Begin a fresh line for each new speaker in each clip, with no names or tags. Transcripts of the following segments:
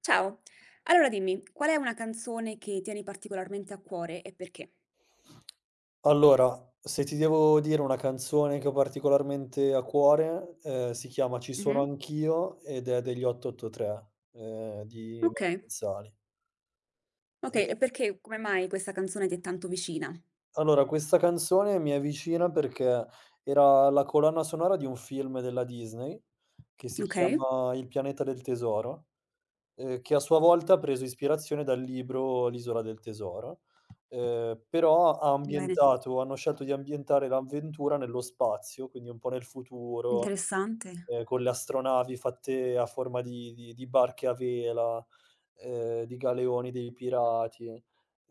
Ciao, allora dimmi, qual è una canzone che tieni particolarmente a cuore e perché?
Allora, se ti devo dire una canzone che ho particolarmente a cuore, si chiama "Ci sono
Mh-mh.
anch'io" ed è degli 883, di Matteo
Okay,
Pezzali.
okay,
E
e perché come mai questa canzone ti è tanto vicina?
Allora, questa canzone mi è vicina perché era la colonna sonora di un film della Disney che si
Okay,
chiama Il pianeta del tesoro, che a sua volta ha preso ispirazione dal libro L'isola del tesoro, però ha
bene,
ambientato hanno scelto di ambientare l'avventura nello spazio, quindi un po' nel futuro,
interessante.
con le astronavi fatte a forma di barche a vela, di galeoni dei pirati.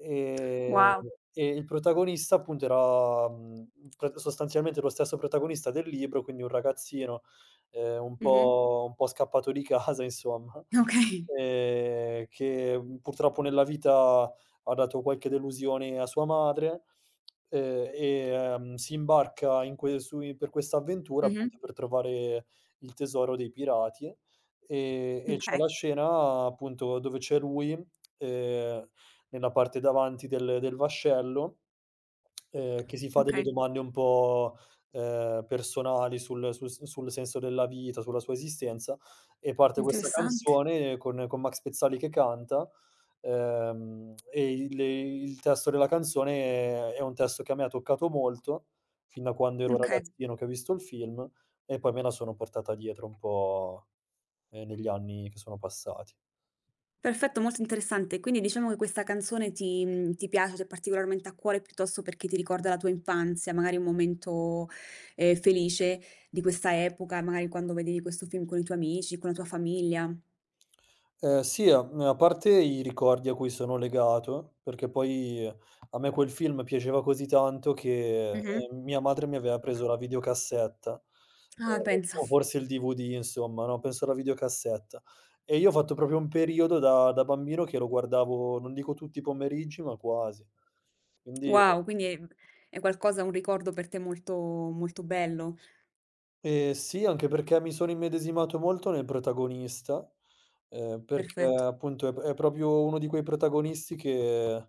Ehm,
Wow.
e il protagonista appunto era, pr sostanzialmente lo stesso protagonista del libro, quindi un ragazzino, un
Mh-mh.
po' un po' scappato di casa insomma,
Okay.
che, purtroppo nella vita ha dato qualche delusione a sua madre, e, si imbarca in que su i per questa avventura
Mh-mh.
appunto per trovare il tesoro dei pirati, e c'è la
Okay,
scena appunto dove c'è lui, ehm nella parte davanti del vascello, che si fa delle
okay,
domande un po', personali sul senso della vita, sulla sua esistenza, e parte questa
interessante.
canzone con Max Pezzali che canta, e il testo della canzone è un testo che a me ha toccato molto, fin da quando ero
Okay.
ragazzino che ho visto il film, e poi me la sono portata dietro un po', negli anni che sono passati.
Perfetto, molto interessante. Quindi diciamo che questa canzone ti mhmm, ti piace, ti è particolarmente a cuore, piuttosto perché ti ricorda la tua infanzia, magari un momento, felice di questa epoca, magari quando vedevi questo film con i tuoi amici, con la tua famiglia.
Sì, a parte i ricordi a cui sono legato, perché poi a me quel film piaceva così tanto che,
Mh-mh.
mia madre mi aveva preso la videocassetta,
Ah, pensa.
o forse il DVD insomma, no, penso la videocassetta. E io ho fatto proprio un periodo da bambino che lo guardavo, non dico tutti i pomeriggi, ma quasi. Quindi
Wow, quindi è qualcosa un ricordo per te molto molto bello.
Sì, anche perché mi sono immedesimato molto nel protagonista, perché
Perfetto.
appunto è proprio uno di quei protagonisti che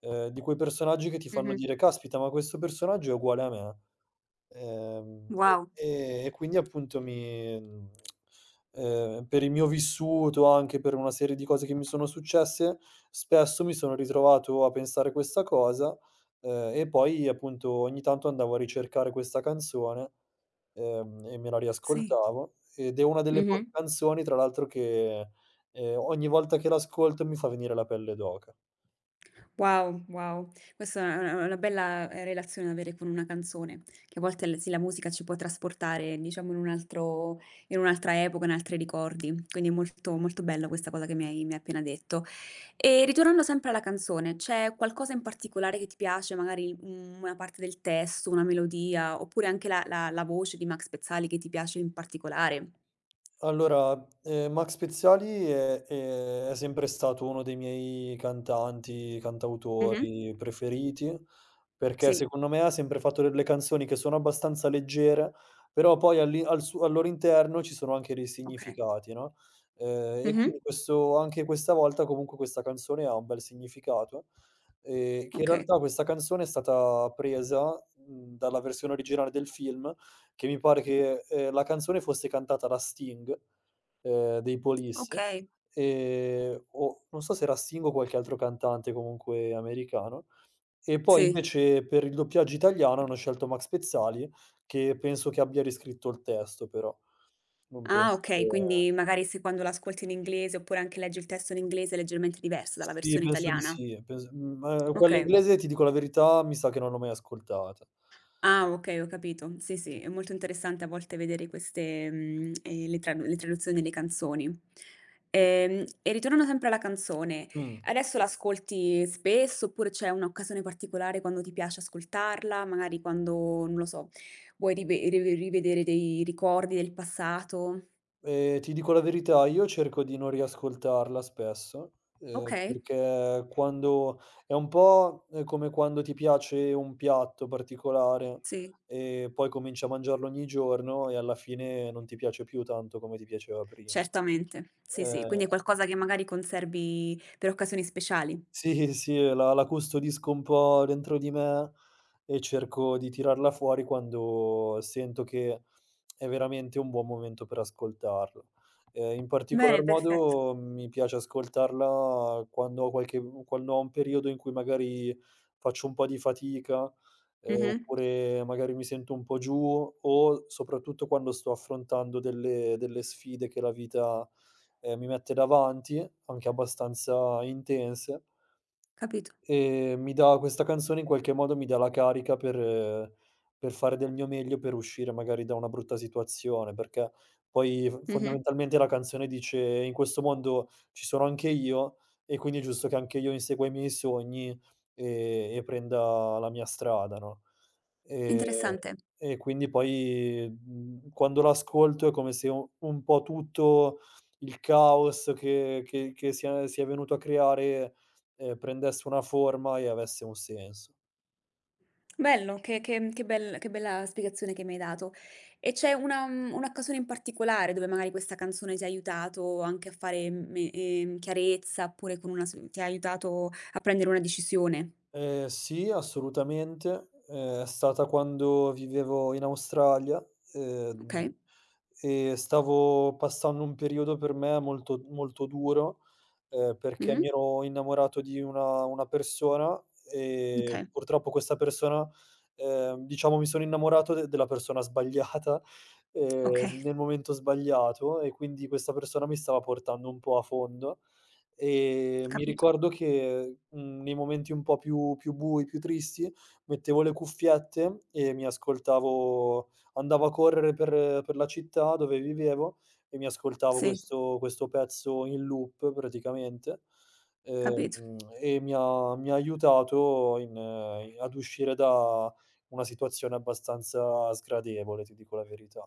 di quei personaggi che ti fanno
Mh-mh.
dire: "Caspita, ma questo personaggio è uguale a me". Ehm,
Wow.
e quindi appunto per il mio vissuto, anche per una serie di cose che mi sono successe, spesso mi sono ritrovato a pensare questa cosa, e poi appunto ogni tanto andavo a ricercare questa canzone, e me la
Sì.
riascoltavo ed è una delle
Mh-mh.
poche canzoni tra l'altro che, ogni volta che l'ascolto mi fa venire la pelle d'oca.
Wow, wow. Questa è una bella, relazione da avere con una canzone, che a volte l sì, la musica ci può trasportare, diciamo, in un altro in un'altra epoca, in altri ricordi. Quindi è molto molto bella questa cosa che mi hai appena detto. E ritornando sempre alla canzone, c'è qualcosa in particolare che ti piace, magari, mhmm, una parte del testo, una melodia, oppure anche la voce di Max Pezzali che ti piace in particolare?
Allora, Max Pezzali è sempre stato uno dei miei cantanti,
Mh-mh.
cantautori preferiti, perché
Sì,
secondo me ha sempre fatto delle canzoni che sono abbastanza leggere, però poi all'i al su al loro interno ci sono anche dei
okay.
significati, no, e
Mh-mh.
quindi questo anche questa volta comunque questa canzone ha un bel significato, che in
Okay,
realtà questa canzone è stata presa, dalla versione originale del film che mi pare che, la canzone fosse cantata da Sting, dei Police,
okay.
o non so se era Sting o qualche altro cantante comunque americano. E poi
Sì.
invece per il doppiaggio italiano hanno scelto Max Pezzali, che penso che abbia riscritto il testo però, non
Ah,
penso che
okay, quindi magari se quando l'ascolti in inglese, oppure anche leggi il testo in inglese, è leggermente diverso dalla
sì,
versione
penso di
italiana.
sì, quella
Okay.
inglese ti dico la verità, mi sa che non l'ho mai ascoltata.
Ah, okay, ho capito. Sì, sì, è molto interessante a volte vedere queste, mhmm, le traduzioni delle canzoni. E ritornando sempre alla canzone,
Mh.
adesso l'ascolti spesso, oppure c'è un'occasione particolare quando ti piace ascoltarla? Magari quando, non lo so, vuoi rivedere dei ricordi del passato?
Ti dico la verità, io cerco di non riascoltarla spesso,
Okay,
perché quando è un po', come quando ti piace un piatto particolare
sì.
e poi cominci a mangiarlo ogni giorno e alla fine non ti piace più tanto come ti piaceva prima.
Certamente, sì, sì, quindi
Ehm
è qualcosa che magari conservi per occasioni speciali.
Sì, sì, la custodisco un po' dentro di me e cerco di tirarla fuori quando sento che è veramente un buon momento per ascoltarla. In particolar
Bene, perfetto.
modo mi piace ascoltarla quando ho un periodo in cui magari faccio un po' di fatica,
Mh-mh.
oppure magari mi sento un po' giù o soprattutto quando sto affrontando delle sfide che la vita, mi mette davanti, anche abbastanza intense.
Capito.
Mi dà questa canzone in qualche modo mi dà la carica per fare del mio meglio per uscire magari da una brutta situazione, perché poi f
Mh-mh.
fondamentalmente la canzone dice: "In questo mondo ci sono anche io e quindi è giusto che anche io insegua i miei sogni e prenda la mia strada", no, ehm,
Interessante.
e quindi poi, quando l'ascolto è come se u un po' tutto il caos che si è venuto a creare prendesse una forma e avesse un senso.
Bello, che bella spiegazione che mi hai dato. E c'è una mhmm, un'occasione in particolare dove magari questa canzone ti ha aiutato anche a fare me chiarezza, oppure con una s ti ha aiutato a prendere una decisione?
Sì, assolutamente, è stata quando vivevo in Australia, ehm,
Okay.
e stavo passando un periodo per me molto molto duro, perché
Mh-mh.
mi ero innamorato di una persona e
Okay,
purtroppo questa persona diciamo mi sono innamorato de della persona sbagliata,
okay,
nel momento sbagliato e quindi questa persona mi stava portando un po' a fondo. Mi
capito.
ricordo che, nei momenti un po' più bui, più tristi, mettevo le cuffiette e mi ascoltavo andavo a correre per la città dove vivevo e mi ascoltavo
Sì,
questo pezzo in loop praticamente, ehm,
capito.
e mi ha aiutato in ad uscire da una situazione abbastanza sgradevole, ti dico la verità.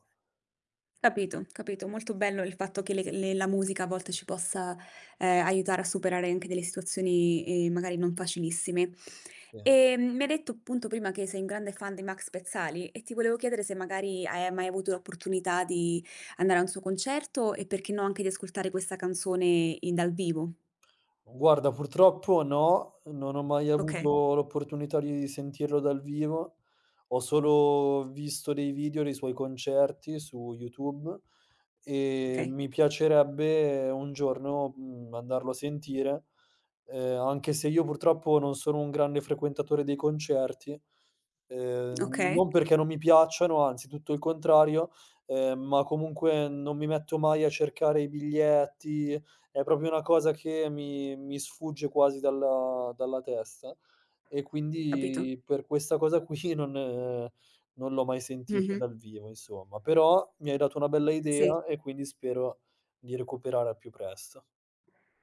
Capito, capito. Molto bello il fatto che le la musica a volte ci possa, aiutare a superare anche delle situazioni, magari non facilissime.
Sì.
Mi hai detto appunto prima che sei un grande fan di Max Pezzali e ti volevo chiedere se magari hai mai avuto l'opportunità di andare a un suo concerto e perché no anche di ascoltare questa canzone in dal vivo.
Guarda, purtroppo no, non ho mai
Okay,
avuto l'opportunità di sentirlo dal vivo. Ho solo visto dei video dei suoi concerti su YouTube.
okay,
Mi piacerebbe un giorno, andarlo a sentire, anche se io purtroppo non sono un grande frequentatore dei concerti,
okay,
non perché non mi piacciono, anzi tutto il contrario, ma comunque non mi metto mai a cercare i biglietti, è proprio una cosa che mi sfugge quasi dalla testa e
capito.
quindi per questa cosa qui non l'ho mai sentito
Mh-mh,
dal vivo insomma, però mi hai dato una bella
sì.
idea e quindi spero di recuperare al più presto.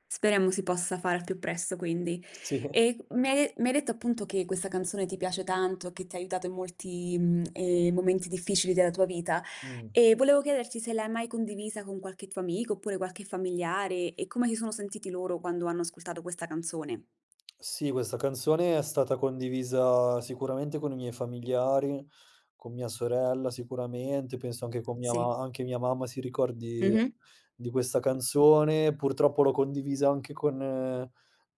Speriamo si possa fare al più presto quindi.
Sì,
E mi hai detto appunto che questa canzone ti piace tanto, che ti ha aiutato in molti, mhmm, momenti difficili della tua vita,
mh.
e volevo chiederti se l'hai mai condivisa con qualche tuo amico, oppure qualche familiare, e come si sono sentiti loro quando hanno ascoltato questa canzone?
Sì, questa canzone è stata condivisa sicuramente con i miei familiari, con mia sorella sicuramente, penso anche con mia
Sì.
ma anche mia mamma si ricordi
Mh-mh.
di questa canzone. Purtroppo l'ho condivisa anche con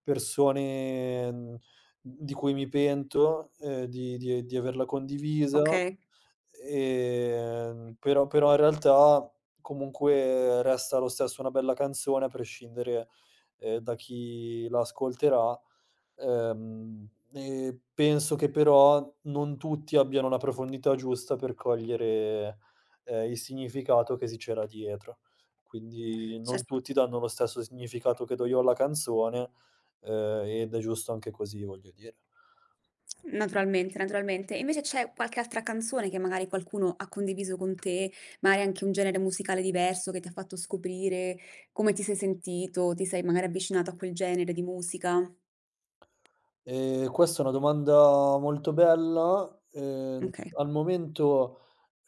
persone, di cui mi pento, di averla condivisa.
Okay,
Però in realtà comunque resta lo stesso una bella canzone a prescindere, da chi la ascolterà. E penso che però non tutti abbiano la profondità giusta per cogliere, il significato che si c'era dietro. Quindi
cer
non tutti danno lo stesso significato che do io alla canzone, ed è giusto anche così, voglio dire.
Naturalmente, naturalmente. Invece c'è qualche altra canzone che magari qualcuno ha condiviso con te, magari anche un genere musicale diverso che ti ha fatto scoprire come ti sei sentito, ti sei magari avvicinato a quel genere di musica?
Questa è una domanda molto bella.
Okay,
Al momento,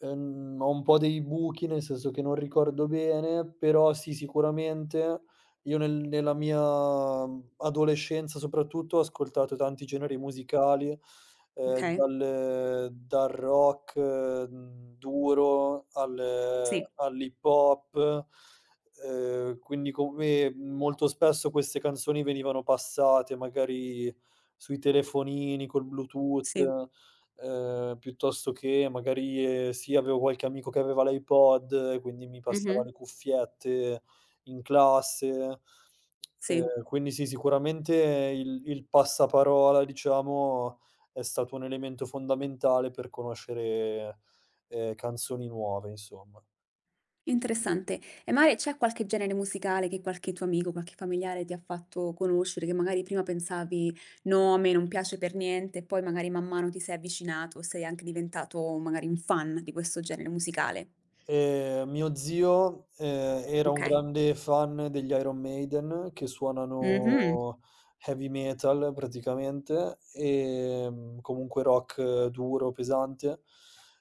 ho un po' dei buchi, nel senso che non ricordo bene, però sì, sicuramente io nella mia adolescenza soprattutto ho ascoltato tanti generi musicali,
okay.
dal rock, duro al
Sì,
all'hip hop, quindi come molto spesso queste canzoni venivano passate magari sui telefonini col Bluetooth,
sì.
piuttosto che magari, sì, avevo qualche amico che aveva l'iPod e quindi mi passava
Mh-mh.
le cuffiette in classe.
Sì,
Quindi sì, sicuramente il passaparola, diciamo, è stato un elemento fondamentale per conoscere, canzoni nuove, insomma.
interessante. E magari c'è qualche genere musicale che qualche tuo amico, qualche familiare ti ha fatto conoscere, che magari prima pensavi: "No, a me non piace per niente", e poi magari man mano ti sei avvicinato, sei anche diventato magari un fan di questo genere musicale?
Mio zio, era un
Okay.
grande fan degli Iron Maiden che
Mh-mh.
suonano heavy metal praticamente e comunque rock duro, pesante.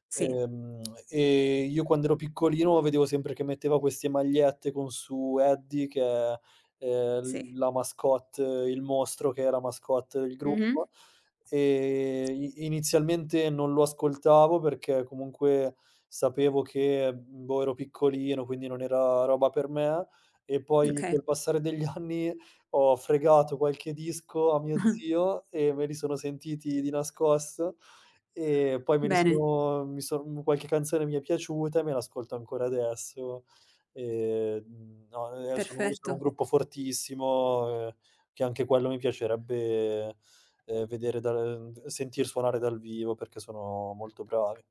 Sì,
Ehm, io quando ero piccolino vedevo sempre che metteva queste magliette con su Eddie che è eh,
sì.
la mascotte, il mostro che è la mascotte del
Mh-mh.
gruppo. I inizialmente non lo ascoltavo perché comunque sapevo che, boh, ero piccolino, quindi non era roba per me, e poi
Okay.
col passare degli anni ho fregato qualche disco a mio zio e me li sono sentiti di nascosto e poi me li
Bene,
sono mi son qualche canzone mi è piaciuta e me l'ascolto ancora adesso. No, sono un
perfetto.
gruppo fortissimo, che anche quello mi piacerebbe vedere dal sentir suonare dal vivo perché sono molto bravi.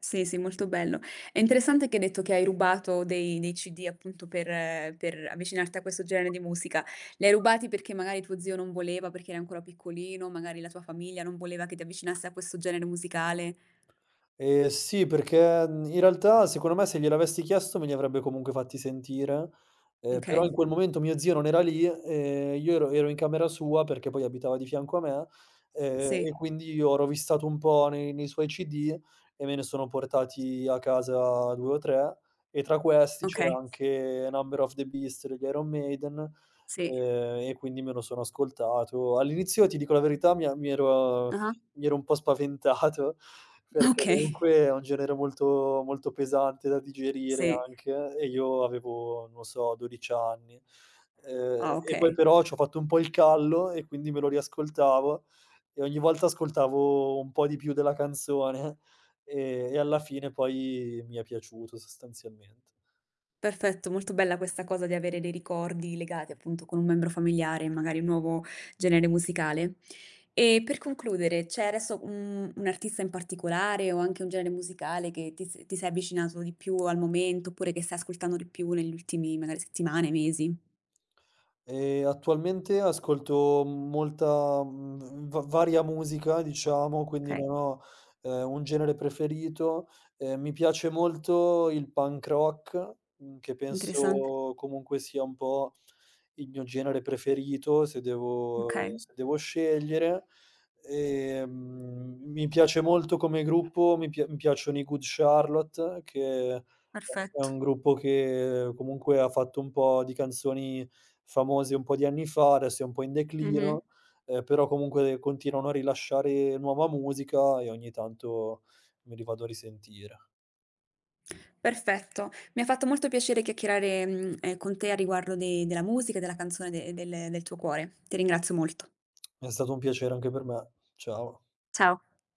Sì, sì, molto bello. È interessante che hai detto che hai rubato dei CD appunto per avvicinarti a questo genere di musica. Li hai rubati perché magari tuo zio non voleva, perché eri ancora piccolino, magari la tua famiglia non voleva che ti avvicinassi a questo genere musicale.
Sì, perché, in realtà secondo me se gliel'avessi chiesto me li avrebbe comunque fatti sentire, però
Okay,
in quel momento mio zio non era lì, io ero in camera sua perché poi abitava di fianco a me, e
sì,
quindi io ho rovistato un po' nei suoi CD e me ne sono portati a casa 2 o 3 e tra questi c'era
okay,
anche Number of the Beast degli Iron Maiden,
sì.
e quindi me lo sono ascoltato. All'inizio, ti dico la verità,
Ah-ah.
mi ero un po' spaventato perché
Okay,
comunque è un genere molto molto pesante da digerire
sì.
anche e io avevo, non so, 12 anni.
Ah,
E poi
okay.
però c'ho fatto un po' il callo e quindi me lo riascoltavo e ogni volta ascoltavo un po' di più della canzone e alla fine poi mi è piaciuto sostanzialmente.
Perfetto, molto bella questa cosa di avere dei ricordi legati appunto con un membro familiare, magari un nuovo genere musicale. E per concludere, c'è adesso un artista in particolare o anche un genere musicale che ti, s- ti sei avvicinato di più al momento oppure che stai ascoltando di più negli ultimi magari settimane, mesi?
Attualmente ascolto molta, va varia musica diciamo,
Ok,
quindi non ho, un genere preferito. Mi piace molto il punk rock, che
Interessante.
penso comunque sia un po' il mio genere preferito
Ok,
se devo scegliere. Ehm, mi piace molto come gruppo, mi piacciono i Good Charlotte che è
perfetto.
un gruppo che comunque ha fatto un po' di canzoni famosi un po' di anni fa, adesso è un po' in
Mhm.
declino, però comunque continuano a rilasciare nuova musica e ogni tanto me li vado a risentire.
Perfetto, mi ha fatto molto piacere chiacchierare, mm, con te a riguardo de- della musica e della canzone de- del del tuo cuore. Ti ringrazio molto.
È stato un piacere anche per me. Ciao.
Ciao.